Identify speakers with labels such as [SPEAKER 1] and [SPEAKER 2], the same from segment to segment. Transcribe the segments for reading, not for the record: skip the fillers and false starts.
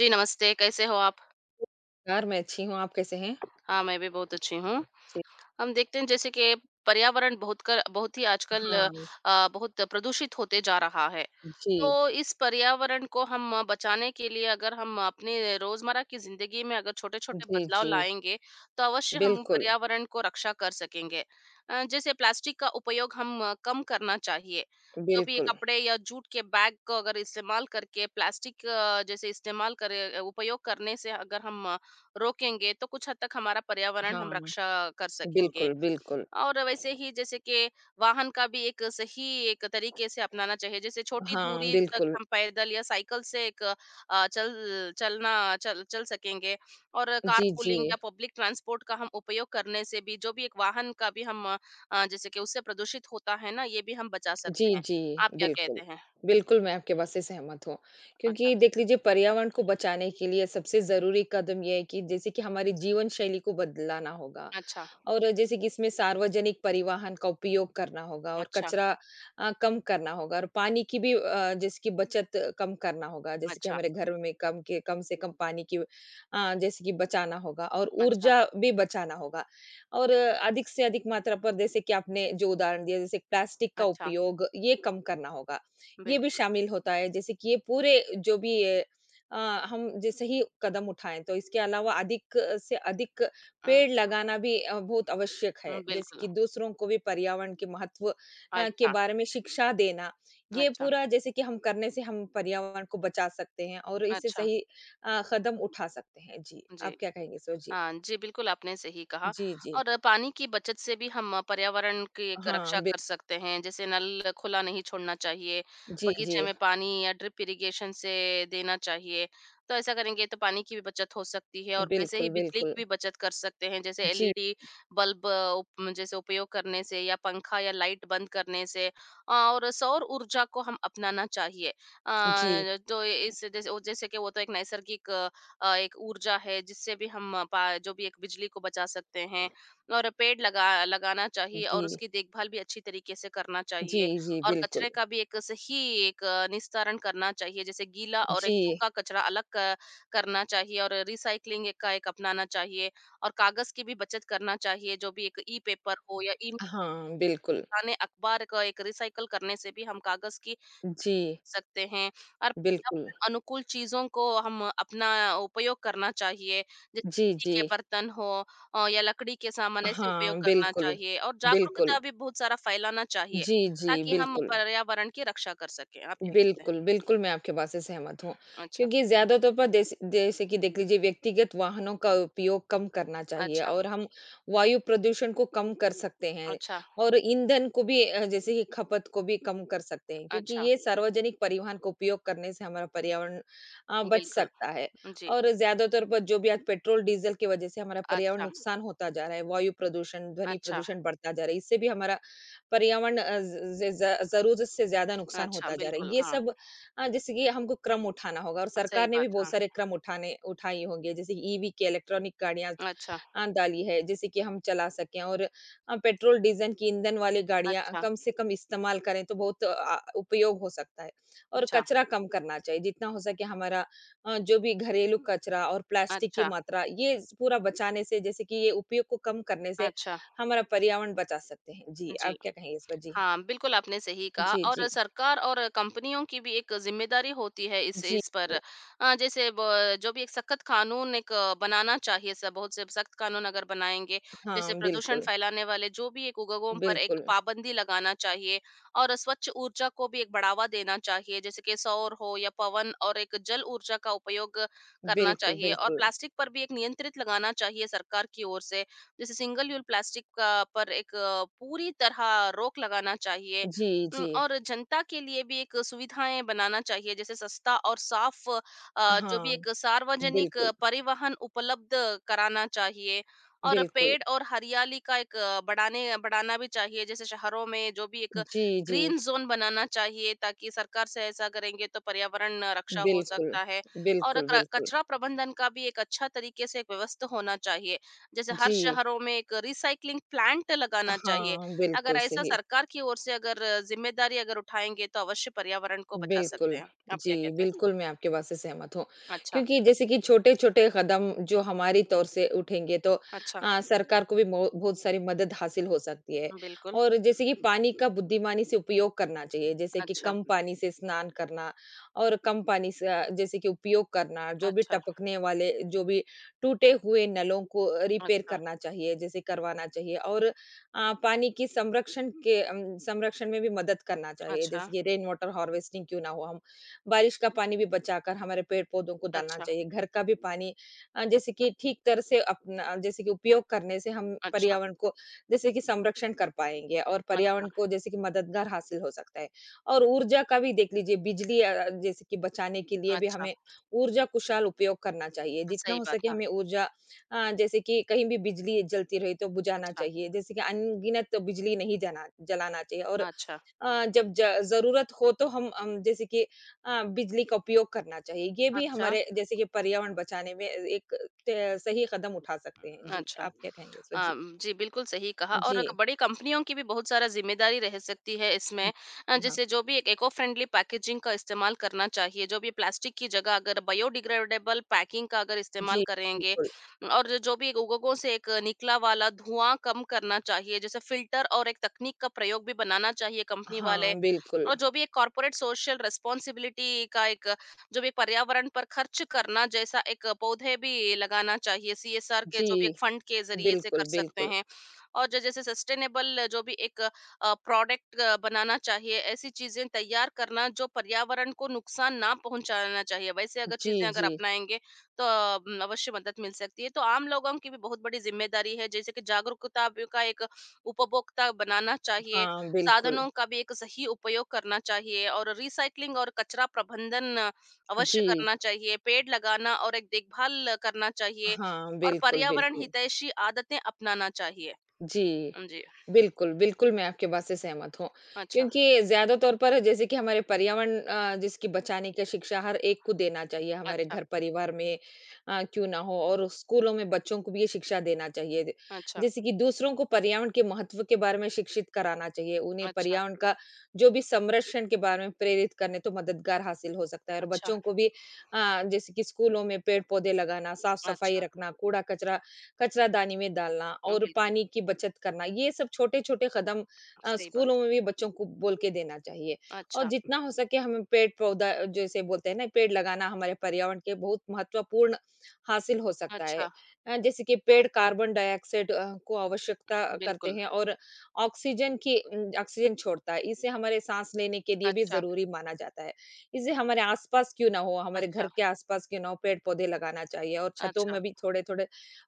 [SPEAKER 1] जी, नमस्ते, कैसे हो आप?
[SPEAKER 2] नमस्कार, मैं अच्छी हूँ, आप कैसे हैं?
[SPEAKER 1] हाँ, मैं भी बहुत अच्छी हूँ।
[SPEAKER 2] जी,
[SPEAKER 1] हम देखते हैं जैसे कि पर्यावरण बहुत ही आजकल
[SPEAKER 2] हाँ,
[SPEAKER 1] बहुत प्रदूषित होते जा रहा है।
[SPEAKER 2] जी,
[SPEAKER 1] तो इस पर्यावरण को हम बचाने के लिए अगर हम अपने रोज़मर्रा की ज़िंदगी में अगर छोटे-छोटे
[SPEAKER 2] जी,
[SPEAKER 1] बदलाव
[SPEAKER 2] जी,
[SPEAKER 1] लाएँगे, तो अवश्य हम
[SPEAKER 2] बिल्कुल,
[SPEAKER 1] पर्यावरण को रक्षा कर सकेंगे। जैसे प्लास्टिक का उपयोग हम कम करना चाहिए। जो भी ये
[SPEAKER 2] बिल्कुल,
[SPEAKER 1] कपड़े या जूट के बैग को अगर इस्तेमाल करके प्लास्टिक जैसे इस्तेमाल करें उपयोग करने से अगर हम रोकेंगे तो कुछ हद तक हमारा पर्यावरण हम
[SPEAKER 2] हाँ,
[SPEAKER 1] रक्षा कर सकेंगे।
[SPEAKER 2] बिल्कुल, बिल्कुल,
[SPEAKER 1] और वैसे ही जैसे कि वाहन का भी एक सही एक तरीके से अपनाना चाहिए। जैसे छोटी
[SPEAKER 2] हाँ,
[SPEAKER 1] दूरी तक
[SPEAKER 2] बिल्कुल,
[SPEAKER 1] हम पैदल या साइकिल से एक चल चलना चल चल सकेंगे और
[SPEAKER 2] जी, जी,
[SPEAKER 1] कारपूलिंग या पब्लिक ट्रांसपोर्ट का हम उपयोग करने से भी जो भी एक वाहन का भी हम जैसे कि उससे प्रदूषित होता है ना, ये भी हम बचा
[SPEAKER 2] जी,
[SPEAKER 1] सकते हैं।
[SPEAKER 2] जी,
[SPEAKER 1] आप क्या
[SPEAKER 2] बिल्कुल।
[SPEAKER 1] कहते हैं?
[SPEAKER 2] बिल्कुल, मैं आपके बात से सहमत हूँ,
[SPEAKER 1] अच्छा,
[SPEAKER 2] क्योंकि देख लीजिए पर्यावरण को बचाने के लिए सबसे ज़रूरी कदम ये है कि जैसे कि हमारी जीवन शैली को बदलाना होगा।
[SPEAKER 1] अच्छा,
[SPEAKER 2] और जैसे कि इसमें सार्वजनिक परिवहन का उपयोग करना होगा और
[SPEAKER 1] अच्छा,
[SPEAKER 2] कचरा कम करना होगा और पानी की भी जैसे कि बचत कम करना होगा जैसे कि
[SPEAKER 1] अच्छा,
[SPEAKER 2] हमारे घर में कम के कम से कम पानी की जैसे कि बचाना होगा और
[SPEAKER 1] अच्छा,
[SPEAKER 2] ऊर्जा भी बचाना होगा और अधिक से अधिक मात्रा पर जैसे कि आपने जो उदाहरण दिया जैसे प्लास्टिक का
[SPEAKER 1] अच्छा,
[SPEAKER 2] उपयोग ये कम करना होगा ये भी
[SPEAKER 1] बिल्कुल।
[SPEAKER 2] शामिल होता है जैसे कि ये पूरे जो भी आ, हम जैसे ही कदम उठाएं तो इसके अलावा अधिक से अधिक पेड़
[SPEAKER 1] अच्छा,
[SPEAKER 2] लगाना भी बहुत आवश्यक है
[SPEAKER 1] हुँ,
[SPEAKER 2] जैसे
[SPEAKER 1] बिल्कुल।
[SPEAKER 2] कि दूसरों को भी पर्यावरण के महत्व के
[SPEAKER 1] अच्छा।
[SPEAKER 2] बारे में शिक्षा देना ये
[SPEAKER 1] अच्छा,
[SPEAKER 2] पूरा जैसे कि हम करने से हम पर्यावरण को बचा सकते हैं और इससे
[SPEAKER 1] अच्छा।
[SPEAKER 2] सही कदम उठा सकते हैं। जी, आप
[SPEAKER 1] जी।
[SPEAKER 2] क्या कहेंगे? सो जी,
[SPEAKER 1] हाँ, जी, बिल्कुल आपने सही कहा
[SPEAKER 2] जी, जी,
[SPEAKER 1] और पानी की बचत से भी हम पर्यावरण की एक रक्षा
[SPEAKER 2] हाँ,
[SPEAKER 1] कर सकते हैं, जैसे नल खुला नहीं छोड़ना चाहिए,
[SPEAKER 2] जी, जी,
[SPEAKER 1] बगीचे में पानी या ड्रिप इरिगेशन से देना चाहिए। तो ऐसा करेंगे तो पानी की भी बचत हो सकती है और वैसे ही
[SPEAKER 2] बिल्कुल,
[SPEAKER 1] बिजली की
[SPEAKER 2] बिल्कुल,
[SPEAKER 1] भी बचत कर सकते हैं, जैसे
[SPEAKER 2] जी,
[SPEAKER 1] एलईडी बल्ब उप जैसे उपयोग करने से या पंखा या लाइट बंद करने से और सौर ऊर्जा को हम अपनाना चाहिए।
[SPEAKER 2] जी,
[SPEAKER 1] तो इस जैसे वो जैसे कि वो तो एक नैसर्गिक एक ऊर्जा है जिससे भी हम पा जो भी एक बिजली को बचा सकते हैं और पेड़ लगाना चाहिए और
[SPEAKER 2] जी,
[SPEAKER 1] उसकी देखभाल भी अच्छी तरीके से करना
[SPEAKER 2] जी,
[SPEAKER 1] चाहिए
[SPEAKER 2] जी,
[SPEAKER 1] और
[SPEAKER 2] बिल्कुल,
[SPEAKER 1] कचरे का भी एक सही एक निस्तारण करना चाहिए जैसे गीला और एक
[SPEAKER 2] जी,
[SPEAKER 1] सूखा कचरा अलग करना चाहिए और रिसाइकलिंग एक का एक अपनाना चाहिए और कागज की भी बचत करना चाहिए जो भी एक ई पेपर हो या ई
[SPEAKER 2] हाँ, बिल्कुल,
[SPEAKER 1] पुराने अखबार का एक रिसाइकल करने से भी हम कागज की
[SPEAKER 2] जी,
[SPEAKER 1] सकते हैं और
[SPEAKER 2] बिल्कुल,
[SPEAKER 1] पर्यावरण अनुकूल चीज़ों को हम अपना उपयोग करना चाहिए। जैसे
[SPEAKER 2] जी,
[SPEAKER 1] मिट्टी
[SPEAKER 2] जी,
[SPEAKER 1] के बर्तन हो या लकड़ी के सामान ऐसे उपयोग
[SPEAKER 2] हाँ,
[SPEAKER 1] करना
[SPEAKER 2] बिल्कुल,
[SPEAKER 1] चाहिए और
[SPEAKER 2] बिल्कुल,
[SPEAKER 1] जागरूकता भी बहुत सारा फैलाना चाहिए,
[SPEAKER 2] जी, जी,
[SPEAKER 1] ताकि हम
[SPEAKER 2] बिल्कुल।
[SPEAKER 1] पर्यावरण की रक्षा कर सकें। आप क्या कहते
[SPEAKER 2] बिल्कुल, बिल्कुल, मैं आपके बात से सहमत हूँ,
[SPEAKER 1] हैं? अच्छा,
[SPEAKER 2] क्योंकि ज़्यादा तौर पर देस जैसे कि देख लीजिए व्यक्तिगत वाहनों का उपयोग कम करना चाहिए
[SPEAKER 1] अच्छा,
[SPEAKER 2] और हम वायु प्रदूषण को कम कर सकते हैं
[SPEAKER 1] अच्छा,
[SPEAKER 2] और ईंधन को भी जैसे कि खपत को भी कम कर सकते हैं क्योंकि
[SPEAKER 1] अच्छा।
[SPEAKER 2] ये सार्वजनिक परिवहन का उपयोग करने से हमारा पर्यावरण बच
[SPEAKER 1] बिल्कुल,
[SPEAKER 2] सकता है
[SPEAKER 1] जी।
[SPEAKER 2] और ज़्यादा तौर पर जो भी आज पेट्रोल, डीज़ल की वजह से हमारा पर्यावरण
[SPEAKER 1] अच्छा,
[SPEAKER 2] नुकसान होता जा रहा है, वायु प्रदूषण, ध्वनि
[SPEAKER 1] अच्छा,
[SPEAKER 2] प्रदूषण बढ़ता जा रहा है, इससे भी हमारा पर्यावरण ज ज ज़रूरत से ज़्यादा नुकसान
[SPEAKER 1] अच्छा,
[SPEAKER 2] होता जा रहा है।
[SPEAKER 1] बिल्कुल,
[SPEAKER 2] ये
[SPEAKER 1] हाँ।
[SPEAKER 2] सब जैसे कि हमको क्रम उठाना होगा और
[SPEAKER 1] सही
[SPEAKER 2] सरकार ने
[SPEAKER 1] बात,
[SPEAKER 2] भी बहुत
[SPEAKER 1] हाँ।
[SPEAKER 2] सारे क्रम उठाने उठाए होंगे, जैसे ईवी की इलेक्ट्रॉनिक गाड़ियाँ
[SPEAKER 1] अच्छा,
[SPEAKER 2] डाली है, जिससे कि हम चला सकें और पेट्रोल, डीज़ल की ईंधन वाली गाड़ियाँ
[SPEAKER 1] अच्छा,
[SPEAKER 2] कम से कम इस्तेमाल करें, तो बहुत उपयोग हो सकता है और
[SPEAKER 1] अच्छा,
[SPEAKER 2] कचरा कम करना चाहिए, जितना हो सके हमारा जो भी घरेलू कचरा और प्लास्टिक की
[SPEAKER 1] अच्छा,
[SPEAKER 2] मात्रा, ये स पूरा बचाने से जैसे कि ये उपयोग को कम करने से
[SPEAKER 1] अच्छा,
[SPEAKER 2] हमारा पर्यावरण बचा सकते हैं। जी,
[SPEAKER 1] जी।
[SPEAKER 2] आप क्या कहेंगे इस पर? जी, हाँ,
[SPEAKER 1] हाँ, बिल्कुल आपने सही कहा
[SPEAKER 2] जी,
[SPEAKER 1] और
[SPEAKER 2] जी,
[SPEAKER 1] सरकार और कंपनियों की भी एक ज़िम्मेदारी होती है इस
[SPEAKER 2] जी,
[SPEAKER 1] इस पर। जैसे ब जो भी एक सख़्त कानून एक बनाना चाहिए सब बहुत से सख़्त कानून अगर बनाएँगे, जैसे
[SPEAKER 2] हाँ,
[SPEAKER 1] प्रदूषण
[SPEAKER 2] बिल्कुल,
[SPEAKER 1] फैलाने वाले जो भी एक उद्योगों पर एक
[SPEAKER 2] बिल्कुल,
[SPEAKER 1] पाबंदी लगाना चाहिए और स्वच्छ ऊर्जा को भी एक बढ़ावा देना चाहिए, जैसे कि सौर हो या पवन और एक जल ऊर्जा का उपयोग करना
[SPEAKER 2] बिल्कुल,
[SPEAKER 1] चाहिए और
[SPEAKER 2] बिल्कुल,
[SPEAKER 1] प्लास्टिक पर भी एक नियंत्रित लगाना चाहिए सरकार की ओर से। जैसे सिंगल यूज़ प्लास्टिक का पर एक पूरी तरह रोक लगाना चाहिए।
[SPEAKER 2] जी, जी,
[SPEAKER 1] और जनता के लिए भी एक सुविधाएँ बनाना चाहिए जैसे सस्ता और साफ़ जो भी
[SPEAKER 2] हाँ,
[SPEAKER 1] एक सार्वजनिक
[SPEAKER 2] बिल्कुल,
[SPEAKER 1] परिवहन उपलब्ध कराना चाहिए। और
[SPEAKER 2] बिल्कुल,
[SPEAKER 1] पेड़ और हरियाली का एक बढ़ाने बढ़ाना भी चाहिए जैसे शहरों में जो भी एक
[SPEAKER 2] जी, जी,
[SPEAKER 1] ग्रीन ज़ोन बनाना चाहिए ताकि सरकार से ऐसा करेंगे तो पर्यावरण रक्षा हो
[SPEAKER 2] बिल्कुल,
[SPEAKER 1] सकता है। और
[SPEAKER 2] बिल्कुल,
[SPEAKER 1] क्र
[SPEAKER 2] बिल्कुल,
[SPEAKER 1] कचरा प्रबंधन का भी एक अच्छा तरीके से एक व्यवस्था होना चाहिए। जैसे हर
[SPEAKER 2] जी,
[SPEAKER 1] शहरों में एक रिसाइक्लिंग प्लांट लगाना चाहिए।
[SPEAKER 2] हाँ, बिल्कुल
[SPEAKER 1] अगर ऐसा
[SPEAKER 2] सही,
[SPEAKER 1] सरकार की ओर से अगर ज़िम्मेदारी अगर उठाएँगे तो अवश्य पर्यावरण को बचा सकते
[SPEAKER 2] बिल्कुल।
[SPEAKER 1] हैं। आप
[SPEAKER 2] जी,
[SPEAKER 1] क्या कहते हैं?
[SPEAKER 2] बिल्कुल, मैं आपकी बात से सहमत हूँ,
[SPEAKER 1] अच्छा,
[SPEAKER 2] क्योंकि जैसे कि छोटे-छोटे कदम जो हमारी तौर से उठेंगे तो
[SPEAKER 1] अच्छा,
[SPEAKER 2] सरकार को भी मो बहुत सारी मदद हासिल हो सकती है।
[SPEAKER 1] बिल्कुल।
[SPEAKER 2] और जैसे कि पानी का बुद्धिमानी से उपयोग करना चाहिए, जैसे कि
[SPEAKER 1] अच्छा,
[SPEAKER 2] कम पानी से स्नान करना और कम पानी से जैसे कि उपयोग करना, जो भी
[SPEAKER 1] अच्छा,
[SPEAKER 2] टपकने वाले, जो भी टूटे हुए नलों को रिपेयर
[SPEAKER 1] अच्छा,
[SPEAKER 2] करना चाहिए, जैसे करवाना चाहिए और पानी की संरक्षण के संरक्षण में भी मदद करना चाहिए।
[SPEAKER 1] अच्छा,
[SPEAKER 2] जैसे कि रेन वाटर हार्वेस्टिंग क्यों ना हो, हम बारिश का पानी भी बचाकर हमारे पेड़-पौधों को डालना
[SPEAKER 1] अच्छा,
[SPEAKER 2] चाहिए। घर का भी पानी जैसे कि ठीक तरह से अपना जैसे कि उपयोग करने से हम
[SPEAKER 1] अच्छा,
[SPEAKER 2] पर्यावरण को जैसे कि संरक्षण कर पाएँगे और
[SPEAKER 1] अच्छा,
[SPEAKER 2] पर्यावरण को जैसे कि मददगार हासिल हो सकता है। और ऊर्जा का भी देख लीजिए बिजली जैसे कि बचाने के लिए भी
[SPEAKER 1] अच्छा।
[SPEAKER 2] हमें ऊर्जा कुशल उपयोग करना चाहिए। जितना
[SPEAKER 1] सही
[SPEAKER 2] हो
[SPEAKER 1] बात।
[SPEAKER 2] सके
[SPEAKER 1] हाँ,
[SPEAKER 2] हमें ऊर्जा जैसे कि कहीं भी बिजली जलती रही तो बुझाना
[SPEAKER 1] अच्छा,
[SPEAKER 2] चाहिए, जैसे कि अनगिनत बिजली नहीं जाना जलाना चाहिए और
[SPEAKER 1] अच्छा,
[SPEAKER 2] जब ज ज़रूरत हो तो हम जैसे कि बिजली का उपयोग करना चाहिए। ये भी
[SPEAKER 1] अच्छा,
[SPEAKER 2] हमारे जैसे कि पर्यावरण बचाने में एक त सही कदम उठा सकते हैं। जी,
[SPEAKER 1] अच्छा।
[SPEAKER 2] आप क्या कहेंगे इस पर?
[SPEAKER 1] अ,
[SPEAKER 2] जी,
[SPEAKER 1] जी, बिल्कुल सही कहा
[SPEAKER 2] जी,
[SPEAKER 1] और क बड़ी कंपनियों की भी बहुत सारा ज़िम्मेदारी रह सकती है इसमें।
[SPEAKER 2] जी, हाँ,
[SPEAKER 1] जैसे जो भी एक इको फ्रेंडली पैकेजिंग का इस्तेमाल करना चाहिए, जो भी प्लास्टिक की जगह अगर बायोडिग्रेडेबल पैकिंग का अगर इस्तेमाल
[SPEAKER 2] जी,
[SPEAKER 1] करेंगे
[SPEAKER 2] बिल्कुल,
[SPEAKER 1] और जो जो भी लोगों से एक निकला वाला धुआँ कम करना चाहिए, जैसे फ़िल्टर और एक तकनीक का प्रयोग भी बनाना चाहिए कंपनी वाले।
[SPEAKER 2] हाँ, बिल्कुल,
[SPEAKER 1] और जो भी एक कॉर्पोरेट सोशल रिस्पॉन्सिबिलिटी का एक जो भी पर्यावरण पर खर्च करना जैसा एक पौधे भी लगाना चाहिए सीएसआर के
[SPEAKER 2] जी,
[SPEAKER 1] जो भी एक फंड के ज़रिए से
[SPEAKER 2] बिल्कुल,
[SPEAKER 1] कर सकते
[SPEAKER 2] बिल्कुल,
[SPEAKER 1] हैं। और ज जैसे सस्टेनेबल जो भी एक प्रोडक्ट बनाना चाहिए, ऐसी चीज़ें तैयार करना जो पर्यावरण को नुकसान ना पहुँचाना चाहिए। वैसे अगर
[SPEAKER 2] जी,
[SPEAKER 1] चीज़ें अगर
[SPEAKER 2] जी,
[SPEAKER 1] अपनाएँगे तो अवश्य मदद मिल सकती है। तो आम लोगों की भी बहुत बड़ी ज़िम्मेदारी है जैसे कि जागरूकता भी का एक उपभोक्ता बनाना चाहिए,
[SPEAKER 2] हाँ, बिल्कुल,
[SPEAKER 1] साधनों का भी एक सही उपयोग करना चाहिए और रिसाइक्लिंग और कचरा प्रबंधन
[SPEAKER 2] जी,
[SPEAKER 1] अवश्य करना चाहिए, पेड़ लगाना और एक देखभाल करना चाहिए
[SPEAKER 2] हाँ,
[SPEAKER 1] और
[SPEAKER 2] बिल्कुल,
[SPEAKER 1] पर्यावरण
[SPEAKER 2] बिल्कुल,
[SPEAKER 1] हितैषी आदतें अपनाना चाहिए।
[SPEAKER 2] जी।
[SPEAKER 1] जी।
[SPEAKER 2] बिल्कुल, बिल्कुल, मैं आपकी बात से सहमत हूँ,
[SPEAKER 1] अच्छा,
[SPEAKER 2] क्योंकि ज़्यादा तौर पर जैसे कि हमारे पर्यावरण जिसकी बचाने की शिक्षा हर एक को देना चाहिए, हमारे
[SPEAKER 1] अच्छा,
[SPEAKER 2] घर परिवार में क्यों ना हो और स्कूलों में बच्चों को भी ये शिक्षा देना चाहिए। ज
[SPEAKER 1] अच्छा,
[SPEAKER 2] जैसे कि दूसरों को पर्यावरण के महत्व के बारे में शिक्षित कराना चाहिए, उन्हें
[SPEAKER 1] अच्छा,
[SPEAKER 2] पर्यावरण का जो भी संरक्षण के बारे में प्रेरित करने तो मददगार हासिल हो सकता है और
[SPEAKER 1] अच्छा,
[SPEAKER 2] बच्चों को भी जैसे कि स्कूलों में पेड़-पौधे लगाना, साफ-सफाई
[SPEAKER 1] अच्छा।
[SPEAKER 2] रखना, कूड़ा-कचरा कचरादानी में डालना
[SPEAKER 1] उम,
[SPEAKER 2] और
[SPEAKER 1] बिल्कुल,
[SPEAKER 2] पानी की बचत करना, ये सब छोटे-छोटे कदम
[SPEAKER 1] सही बात।
[SPEAKER 2] स्कूलों में भी बच्चों को बोल के देना चाहिए। और
[SPEAKER 1] अच्छा,
[SPEAKER 2] जितना हो सके हमें पेड़-पौधा जैसे बोलते हैं ना, पेड़ लगाना हमारे पर्यावरण के बहुत महत्वपूर्ण हासिल हो सकता है।
[SPEAKER 1] अच्छा,
[SPEAKER 2] जैसे कि पेड़ कार्बन डाइऑक्साइड को आवश्यकता करते
[SPEAKER 1] बिल्कुल।
[SPEAKER 2] हैं और ऑक्सीजन छोड़ता है। इसे हमारे साँस लेने के लिए भी
[SPEAKER 1] अच्छा,
[SPEAKER 2] ज़रूरी माना जाता है। इसे हमारे आस-पास क्यों ना हो, हमारे घर
[SPEAKER 1] अच्छा,
[SPEAKER 2] के आस-पास क्यों ना हो, पेड़-पौधे लगाना चाहिए और छतों
[SPEAKER 1] अच्छा,
[SPEAKER 2] में भी थोड़े-थोड़े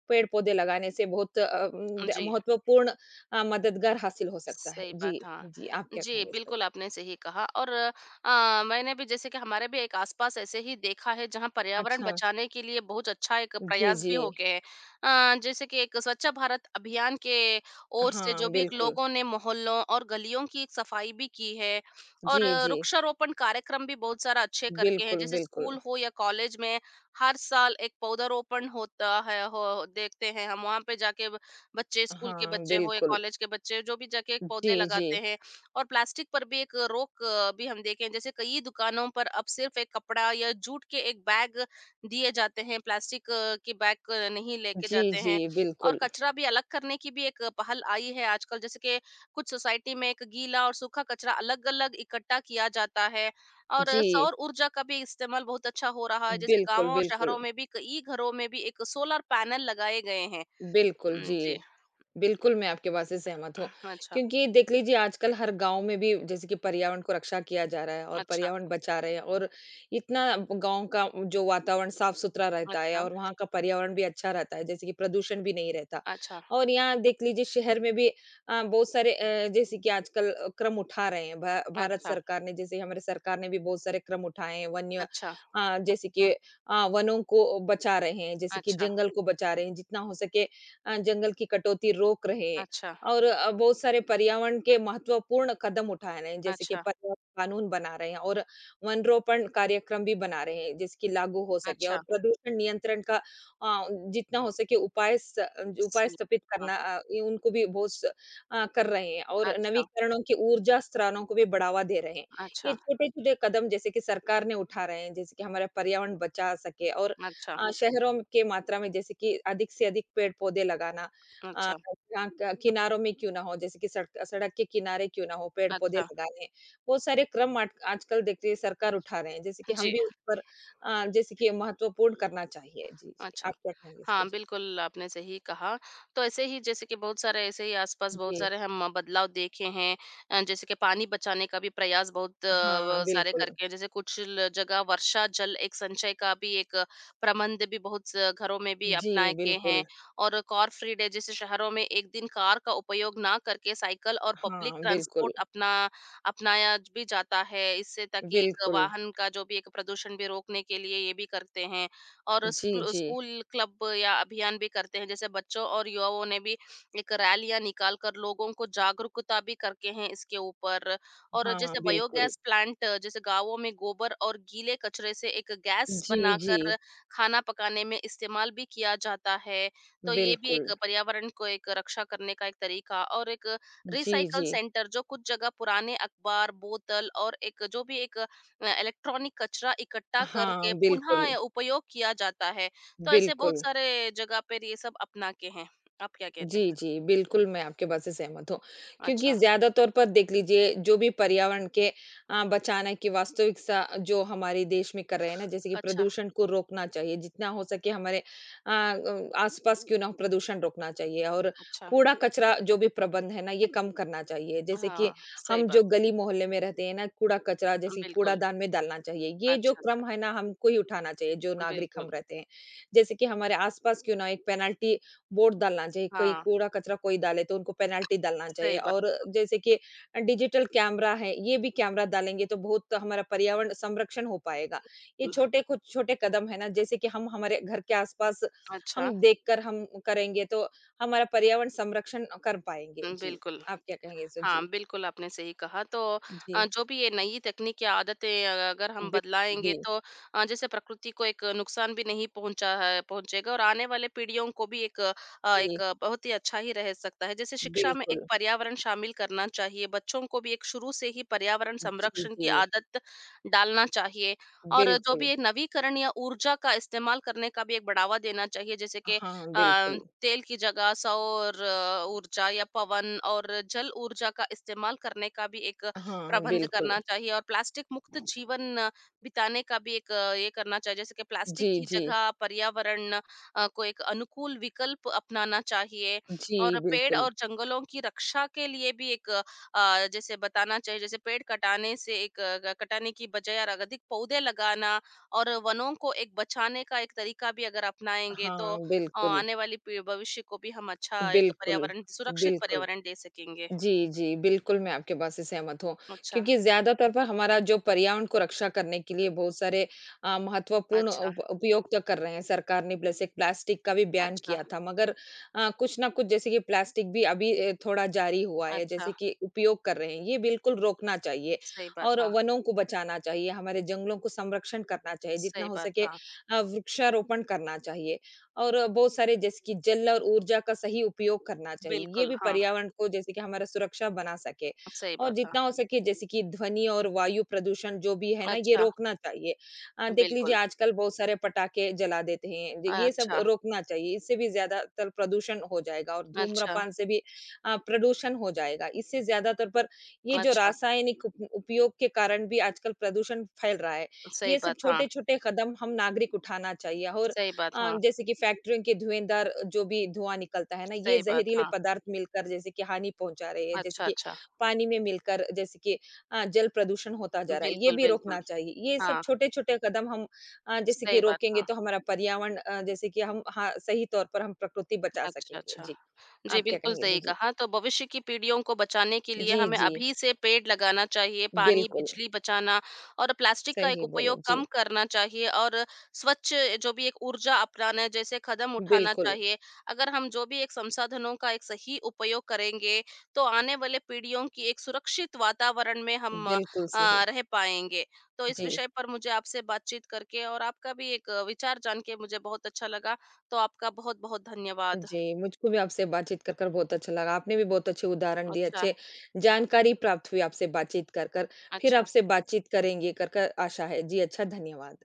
[SPEAKER 2] पेड़-पौधे लगाने से बहुत द
[SPEAKER 1] जी।
[SPEAKER 2] महत्वपूर्ण मददगार हासिल हो सकता है।
[SPEAKER 1] सही बात,
[SPEAKER 2] जी,
[SPEAKER 1] हाँ।
[SPEAKER 2] जी, आप क्या
[SPEAKER 1] जी,
[SPEAKER 2] कहेंगे इस पर?
[SPEAKER 1] बिल्कुल आपने सही कहा और मैंने भी जैसे कि हमारे भी एक आस-पास ऐसे ही देखा है जहाँ पर्यावरण
[SPEAKER 2] अच्छा,
[SPEAKER 1] बचाने के लिए बहुत अच्छा एक
[SPEAKER 2] जी,
[SPEAKER 1] प्रयास
[SPEAKER 2] जी,
[SPEAKER 1] भी हो गए हैं। जैसे कि एक स्वच्छ भारत अभियान के ओर से जो
[SPEAKER 2] हाँ,
[SPEAKER 1] भी एक
[SPEAKER 2] बिल्कुल,
[SPEAKER 1] लोगों ने मोहल्लों और गलियों की एक सफाई भी की है
[SPEAKER 2] जी,
[SPEAKER 1] और
[SPEAKER 2] जी,
[SPEAKER 1] वृक्षारोपण कार्यक्रम भी बहुत सारा अच्छे करके हैं।
[SPEAKER 2] बिल्कुल,
[SPEAKER 1] जैसे
[SPEAKER 2] बिल्कुल,
[SPEAKER 1] स्कूल हो या कॉलेज में हर साल एक पौधारोपण होता है हो देखते हैं हम वहाँ पे जाके बच्चे स्कूल के
[SPEAKER 2] हाँ,
[SPEAKER 1] बच्चे हो या
[SPEAKER 2] बिल्कुल,
[SPEAKER 1] कॉलेज के बच्चे जो भी जाके एक
[SPEAKER 2] जी,
[SPEAKER 1] पौधे
[SPEAKER 2] जी,
[SPEAKER 1] लगाते हैं और प्लास्टिक पर भी एक रोक भी हम देखें जैसे कई दुकानों पर अब सिर्फ एक कपड़ा या जूट के एक बैग दिए जाते हैं प्लास्टिक के बैग नहीं लेके
[SPEAKER 2] जी,
[SPEAKER 1] जाते
[SPEAKER 2] जी,
[SPEAKER 1] हैं और
[SPEAKER 2] बिल्कुल,
[SPEAKER 1] कचरा भी अलग करने की भी एक पहल आई है आजकल जैसे कि कुछ सोसाइटी में एक गीला और सूखा कचरा अलग अलग इकट्ठा किया जाता है और
[SPEAKER 2] जी,
[SPEAKER 1] सौर ऊर्जा का भी इस्तेमाल बहुत अच्छा हो रहा है जैसे
[SPEAKER 2] बिल्कुल,
[SPEAKER 1] गांवों और
[SPEAKER 2] बिल्कुल,
[SPEAKER 1] शहरों में भी कई घरों में भी एक सोलर पैनल लगाए गए हैं।
[SPEAKER 2] बिल्कुल, जी।
[SPEAKER 1] जी।
[SPEAKER 2] बिल्कुल, मैं आपके बात से सहमत हूँ,
[SPEAKER 1] अच्छा,
[SPEAKER 2] क्योंकि देख लीजिए आजकल हर गाँव में भी जैसे कि पर्यावरण को रक्षा किया जा रहा है और
[SPEAKER 1] अच्छा,
[SPEAKER 2] पर्यावरण बचा रहे हैं और इतना गाँव का जो वातावरण साफ-सुथरा रहता
[SPEAKER 1] अच्छा,
[SPEAKER 2] है और वहाँ का पर्यावरण भी अच्छा रहता है, जैसे कि प्रदूषण भी नहीं रहता।
[SPEAKER 1] अच्छा,
[SPEAKER 2] और यहाँ देख लीजिए शहर में भी बहुत सारे जैसे कि आजकल क्रम उठा रहे हैं भा भारत
[SPEAKER 1] अच्छा,
[SPEAKER 2] सरकार ने जैसे हमारे सरकार ने भी बहुत सारे क्रम उठाए हैं, वन्य
[SPEAKER 1] अच्छा,
[SPEAKER 2] जैसे कि वनों को बचा रहे हैं, जैसे कि
[SPEAKER 1] अच्छा,
[SPEAKER 2] जंगल को बचा रहे हैं, जितना हो सके जंगल की कटौती रोक रहे हैं
[SPEAKER 1] अच्छा,
[SPEAKER 2] और बहुत सारे पर्यावरण के महत्वपूर्ण कदम उठा रहे हैं जैसे कि
[SPEAKER 1] अच्छा,
[SPEAKER 2] पर्यावरण कानून बना रहे हैं और वन रोपण कार्यक्रम भी बना रहे हैं जिसकी लागू हो सके और
[SPEAKER 1] अच्छा,
[SPEAKER 2] प्रदूषण नियंत्रण का जितना हो सके जो उपाय
[SPEAKER 1] सही।
[SPEAKER 2] स्थापित
[SPEAKER 1] हाँ,
[SPEAKER 2] करना ये उनको भी बहुत कर रहे हैं और
[SPEAKER 1] अच्छा,
[SPEAKER 2] नवीकरणों की ऊर्जा स्त्रोतों को भी बढ़ावा दे रहे हैं। ये
[SPEAKER 1] अच्छा,
[SPEAKER 2] छोटे छोटे कदम जैसे कि सरकार ने उठा रहे हैं जैसे कि हमारा पर्यावरण बचा सके और
[SPEAKER 1] अच्छा,
[SPEAKER 2] शहरों में के मात्रा में जैसे कि अधिक से अधिक पेड़-पौधे लगाना अ,
[SPEAKER 1] अच्छा,
[SPEAKER 2] जहाँ क किनारों में क्यों ना हो, जैसे कि सड़क सड़क के किनारे क्यों ना हो, पेड़-पौधे
[SPEAKER 1] अच्छा,
[SPEAKER 2] लगाने। बहुत सारे क्रम आट आजकल देखते हैं सरकार उठा रहे हैं, जैसे कि हम
[SPEAKER 1] जी।
[SPEAKER 2] भी उन पर जैसे कि महत्वपूर्ण करना चाहिए। जी, जी,
[SPEAKER 1] अच्छा।
[SPEAKER 2] आप क्या कहेंगे इस पर?
[SPEAKER 1] हाँ,
[SPEAKER 2] जी,
[SPEAKER 1] बिल्कुल आपने सही कहा। तो ऐसे ही जैसे कि बहुत सारे ऐसे ही आस-पास बहुत
[SPEAKER 2] जी,
[SPEAKER 1] सारे हम बदलाव देखे हैं जैसे कि पानी बचाने का भी प्रयास बहुत
[SPEAKER 2] हाँ,
[SPEAKER 1] सारे
[SPEAKER 2] बिल्कुल,
[SPEAKER 1] करके हैं। जैसे कुछ ल जगह वर्षा जल एक संचय का भी एक प्रबंध भी बहुत स घरों में भी
[SPEAKER 2] जी,
[SPEAKER 1] अपनाए गए हैं
[SPEAKER 2] बिल्कुल,
[SPEAKER 1] और कार फ्री डे जैसे शहरों में एक दिन कार का उपयोग ना करके साइकिल और पब्लिक
[SPEAKER 2] हाँ, बिल्कुल,
[SPEAKER 1] ट्रांसपोर्ट अपनाया भी जाता है। इससे ताकि एक
[SPEAKER 2] बिल्कुल,
[SPEAKER 1] वाहन का जो भी एक प्रदूषण भी रोकने के लिए ये भी करते हैं। और
[SPEAKER 2] जी, जी,
[SPEAKER 1] स्कूल क्लब या अभियान भी करते हैं। जैसे बच्चों और युवाओं ने भी एक रैलियाँ निकाल कर लोगों को जागरूकता भी करके हैं इसके ऊपर। और
[SPEAKER 2] हाँ,
[SPEAKER 1] जैसे
[SPEAKER 2] बिल्कुल,
[SPEAKER 1] बायोगैस प्लांट जैसे गाँवों में गोबर और गीले कचरे से एक गैस
[SPEAKER 2] जी, जी,
[SPEAKER 1] बनाकर खाना पकाने में इस्तेमाल भी किया जाता है। तो ये भी
[SPEAKER 2] बिल्कुल,
[SPEAKER 1] एक पर्यावरण को एक रक्षा करने का एक तरीका और एक
[SPEAKER 2] जी,
[SPEAKER 1] रिसाइकल
[SPEAKER 2] जी,
[SPEAKER 1] सेंटर जो कुछ जगह पुराने अखबार, बोतल और एक जो भी एक इलेक्ट्रॉनिक कचरा इकट्ठा
[SPEAKER 2] हाँ,
[SPEAKER 1] करके
[SPEAKER 2] बिल्कुल,
[SPEAKER 1] पुनः उपयोग किया जाता है। तो ऐसे बहुत
[SPEAKER 2] बिल्कुल,
[SPEAKER 1] सारे जगह पर ये सब अपना के हैं। आप क्या कहते
[SPEAKER 2] जी,
[SPEAKER 1] हैं?
[SPEAKER 2] जी, बिल्कुल, मैं आपके बात से सहमत हूँ, क्योंकि
[SPEAKER 1] अच्छा,
[SPEAKER 2] ज़्यादा तौर पर देख लीजिए जो भी पर्यावरण के बचाने की वास्तविकता जो हमारे देश में कर रहे हैं ना, जैसे कि
[SPEAKER 1] अच्छा,
[SPEAKER 2] प्रदूषण को रोकना चाहिए, जितना हो सके हमारे आस-पास क्यों ना हो प्रदूषण रोकना चाहिए और
[SPEAKER 1] अच्छा।
[SPEAKER 2] कूड़ा-कचरा जो भी प्रबंध है ना, ये कम करना चाहिए। जैसे कि
[SPEAKER 1] हाँ, सही
[SPEAKER 2] हम
[SPEAKER 1] बात।
[SPEAKER 2] जो गली-मोहल्ले में रहते हैं ना, कूड़ा-कचरा जैसे कि
[SPEAKER 1] बिल्कुल।
[SPEAKER 2] कूड़ादान में डालना चाहिए, ये जो
[SPEAKER 1] अच्छा, अच्छा।
[SPEAKER 2] क्रम है ना, हमको ही उठाना चाहिए, जो नागरिक
[SPEAKER 1] बिल्कुल।
[SPEAKER 2] हम रहते हैं। जैसे कि हमारे आस-पास क्यों ना एक पेनल्टी वोट डालना चाहिए, कोई
[SPEAKER 1] हाँ,
[SPEAKER 2] कूड़ा-कचरा कोई डाले तो उनको पेनल्टी डालना चाहिए
[SPEAKER 1] सही बात।
[SPEAKER 2] और जैसे कि डिजिटल कैमरा है, ये भी कैमरा डालेंगे तो बहुत हमारा पर्यावरण संरक्षण हो पाएगा। ये
[SPEAKER 1] बिल्कुल।
[SPEAKER 2] छोटे कुछ छोटे कदम है ना, जैसे कि हम हमारे घर के आस-पास हम
[SPEAKER 1] अच्छा,
[SPEAKER 2] देखकर हम करेंगे तो हमारा पर्यावरण संरक्षण कर पाएँगे। जी,
[SPEAKER 1] बिल्कुल।
[SPEAKER 2] आप क्या कहेंगे इस पे? जी,
[SPEAKER 1] हाँ, बिल्कुल आपने सही कहा। तो
[SPEAKER 2] जी,
[SPEAKER 1] जो भी ये नई तकनीक या आदतें अगर हम
[SPEAKER 2] बिल्कुल,
[SPEAKER 1] बदलाएँगे
[SPEAKER 2] जी,
[SPEAKER 1] तो जैसे प्रकृति को एक नुकसान भी नहीं पहुँचा है पहुँचेगा और आने वाले पीढ़ियों को भी एक एक
[SPEAKER 2] जी,
[SPEAKER 1] बहुत ही अच्छा ही रह सकता है। जैसे शिक्षा में एक
[SPEAKER 2] बिल्कुल,
[SPEAKER 1] पर्यावरण शामिल करना चाहिए, बच्चों को भी एक शुरू से ही पर्यावरण
[SPEAKER 2] जी,
[SPEAKER 1] संरक्षण की
[SPEAKER 2] जी,
[SPEAKER 1] आदत डालना चाहिए। और जो
[SPEAKER 2] बिल्कुल,
[SPEAKER 1] भी ये नवीकरण या ऊर्जा का इस्तेमाल करने का भी एक बढ़ावा देना चाहिए, जैसे कि
[SPEAKER 2] हाँ, बिल्कुल,
[SPEAKER 1] तेल की जगह सौर ऊर्जा या पवन और जल ऊर्जा का इस्तेमाल करने का भी एक
[SPEAKER 2] हाँ,
[SPEAKER 1] प्रबंध
[SPEAKER 2] बिल्कुल,
[SPEAKER 1] करना चाहिए और प्लास्टिक मुक्त जीवन बिताने का भी एक ये करना चाहिए जैसे कि प्लास्टिक
[SPEAKER 2] जी,
[SPEAKER 1] की
[SPEAKER 2] जी,
[SPEAKER 1] जगह पर्यावरण को एक अनुकूल विकल्प अपनाना चाहिए
[SPEAKER 2] जी,
[SPEAKER 1] और पेड़
[SPEAKER 2] बिल्कुल,
[SPEAKER 1] और जंगलों की रक्षा के लिए भी एक जैसे बताना चाहिए जैसे पेड़ कटाने से एक कटाने की बजाय और अधिक पौधे लगाना और वनों को एक बचाने का एक तरीका भी अगर अपनाएंगे तो
[SPEAKER 2] हाँ, बिल्कुल,
[SPEAKER 1] आने वाली पी भविष्य को भी हम अच्छा एक
[SPEAKER 2] बिल्कुल,
[SPEAKER 1] पर्यावरण सुरक्षित
[SPEAKER 2] बिल्कुल,
[SPEAKER 1] पर्यावरण दे सकेंगे।
[SPEAKER 2] जी, जी, बिल्कुल, मैं आपके बात से सहमत हूँ,
[SPEAKER 1] अच्छा,
[SPEAKER 2] क्योंकि ज़्यादातर पर हमारा जो पर्यावरण को रक्षा करने के लिए बहुत सारे महत्वपूर्ण
[SPEAKER 1] अच्छा,
[SPEAKER 2] उप उपयोग तो कर रहे हैं सरकार ने, जैसे प्लास्टिक का भी बैन
[SPEAKER 1] अच्छा,
[SPEAKER 2] किया था, मगर कुछ ना कुछ जैसे कि प्लास्टिक भी अभी थोड़ा जारी हुआ है, जैसे
[SPEAKER 1] अच्छा।
[SPEAKER 2] कि उपयोग कर रहे हैं, ये बिल्कुल रोकना चाहिए
[SPEAKER 1] सही बात,
[SPEAKER 2] और
[SPEAKER 1] हाँ।
[SPEAKER 2] वनों को बचाना चाहिए, हमारे जंगलों को संरक्षण करना चाहिए, जितना
[SPEAKER 1] सही
[SPEAKER 2] हो
[SPEAKER 1] बात,
[SPEAKER 2] सके
[SPEAKER 1] हाँ।
[SPEAKER 2] वृक्षारोपण करना चाहिए। और बहुत सारे जैसे कि जल और ऊर्जा का सही उपयोग करना चाहिए। ये
[SPEAKER 1] बिल्कुल,
[SPEAKER 2] भी
[SPEAKER 1] हाँ।
[SPEAKER 2] पर्यावरण को जैसे कि हमारा सुरक्षा बना सके
[SPEAKER 1] सही
[SPEAKER 2] और
[SPEAKER 1] बात,
[SPEAKER 2] जितना
[SPEAKER 1] हाँ।
[SPEAKER 2] हो सके जैसे कि ध्वनि और वायु प्रदूषण जो भी है ना, ये
[SPEAKER 1] अच्छा,
[SPEAKER 2] रोकना चाहिए। देख लीजिए
[SPEAKER 1] बिल्कुल।
[SPEAKER 2] आजकल बहुत सारे पटाखे जला देते हैं। ज ये सब
[SPEAKER 1] अच्छा,
[SPEAKER 2] रोकना चाहिए, इससे भी ज़्यादातर प्रदूषण हो जाएगा और
[SPEAKER 1] अच्छा,
[SPEAKER 2] धूम्रपान से भी प्रदूषण हो जाएगा। इससे ज़्यादातर पर ये जो
[SPEAKER 1] अच्छा।
[SPEAKER 2] रासायनिक उप उपयोग के कारण भी आजकल प्रदूषण फैल रहा है।
[SPEAKER 1] सही
[SPEAKER 2] ये सब
[SPEAKER 1] बात, हाँ।
[SPEAKER 2] छोटे-छोटे कदम हम नागरिक उठाना चाहिए और
[SPEAKER 1] सही बात, हाँ।
[SPEAKER 2] जैसे कि फैक्ट्रियों के धुएँदार जो भी धुआँ निकलता है ना, ये
[SPEAKER 1] सही बात,
[SPEAKER 2] ज़हरीले
[SPEAKER 1] हाँ।
[SPEAKER 2] पदार्थ मिलकर जैसे कि हानि पहुँचा रहे हैं, जैसे
[SPEAKER 1] अच्छा,
[SPEAKER 2] कि
[SPEAKER 1] अच्छा।
[SPEAKER 2] पानी में मिलकर जैसे कि जल प्रदूषण होता जा रहा है, ये
[SPEAKER 1] बिल्कुल,
[SPEAKER 2] भी
[SPEAKER 1] बिल्कुल।
[SPEAKER 2] रोकना चाहिए। ये सब
[SPEAKER 1] हाँ,
[SPEAKER 2] छोटे-छोटे कदम हम जैसे कि
[SPEAKER 1] सही बात,
[SPEAKER 2] रोकेंगे
[SPEAKER 1] हाँ।
[SPEAKER 2] तो हमारा पर्यावरण जैसे कि हम हाँ, सही तौर पर हम प्रकृति बचा
[SPEAKER 1] अच्छा,
[SPEAKER 2] सकेंगे।
[SPEAKER 1] अच्छा।
[SPEAKER 2] जी,
[SPEAKER 1] जी,
[SPEAKER 2] आप क्या
[SPEAKER 1] बिल्कुल
[SPEAKER 2] कहेंगे इस
[SPEAKER 1] सही
[SPEAKER 2] जी?
[SPEAKER 1] कहा। तो भविष्य की पीढ़ियों को बचाने के लिए
[SPEAKER 2] जी,
[SPEAKER 1] हमें
[SPEAKER 2] जी,
[SPEAKER 1] अभी से पेड़ लगाना चाहिए, पानी,
[SPEAKER 2] बिल्कुल,
[SPEAKER 1] बिजली बचाना और प्लास्टिक का एक
[SPEAKER 2] सही बोले,
[SPEAKER 1] उपयोग
[SPEAKER 2] जी,
[SPEAKER 1] कम करना चाहिए और स्वच्छ जो भी एक ऊर्जा अपनाना है, जैसे कदम उठाना
[SPEAKER 2] बिल्कुल,
[SPEAKER 1] चाहिए। अगर हम जो भी एक संसाधनों का एक सही उपयोग करेंगे, तो आने वाले पीढ़ियों की एक सुरक्षित वातावरण में हम
[SPEAKER 2] बिल्कुल सही,
[SPEAKER 1] रह पाएँगे। तो इस
[SPEAKER 2] जी।
[SPEAKER 1] विषय पर मुझे आपसे बातचीत करके और आपका भी एक विचार जान के मुझे बहुत अच्छा लगा। तो आपका बहुत-बहुत धन्यवाद।
[SPEAKER 2] जी, मुझको भी आपसे बातचीत कर कर बहुत अच्छा लगा। आपने भी बहुत अच्छे उदाहरण दिए,
[SPEAKER 1] अच्छा,
[SPEAKER 2] अच्छे जानकारी प्राप्त हुई आपसे बातचीत कर कर। फिर
[SPEAKER 1] अच्छा।
[SPEAKER 2] आपसे बातचीत करेंगे कर कर आशा है। जी, अच्छा, धन्यवाद।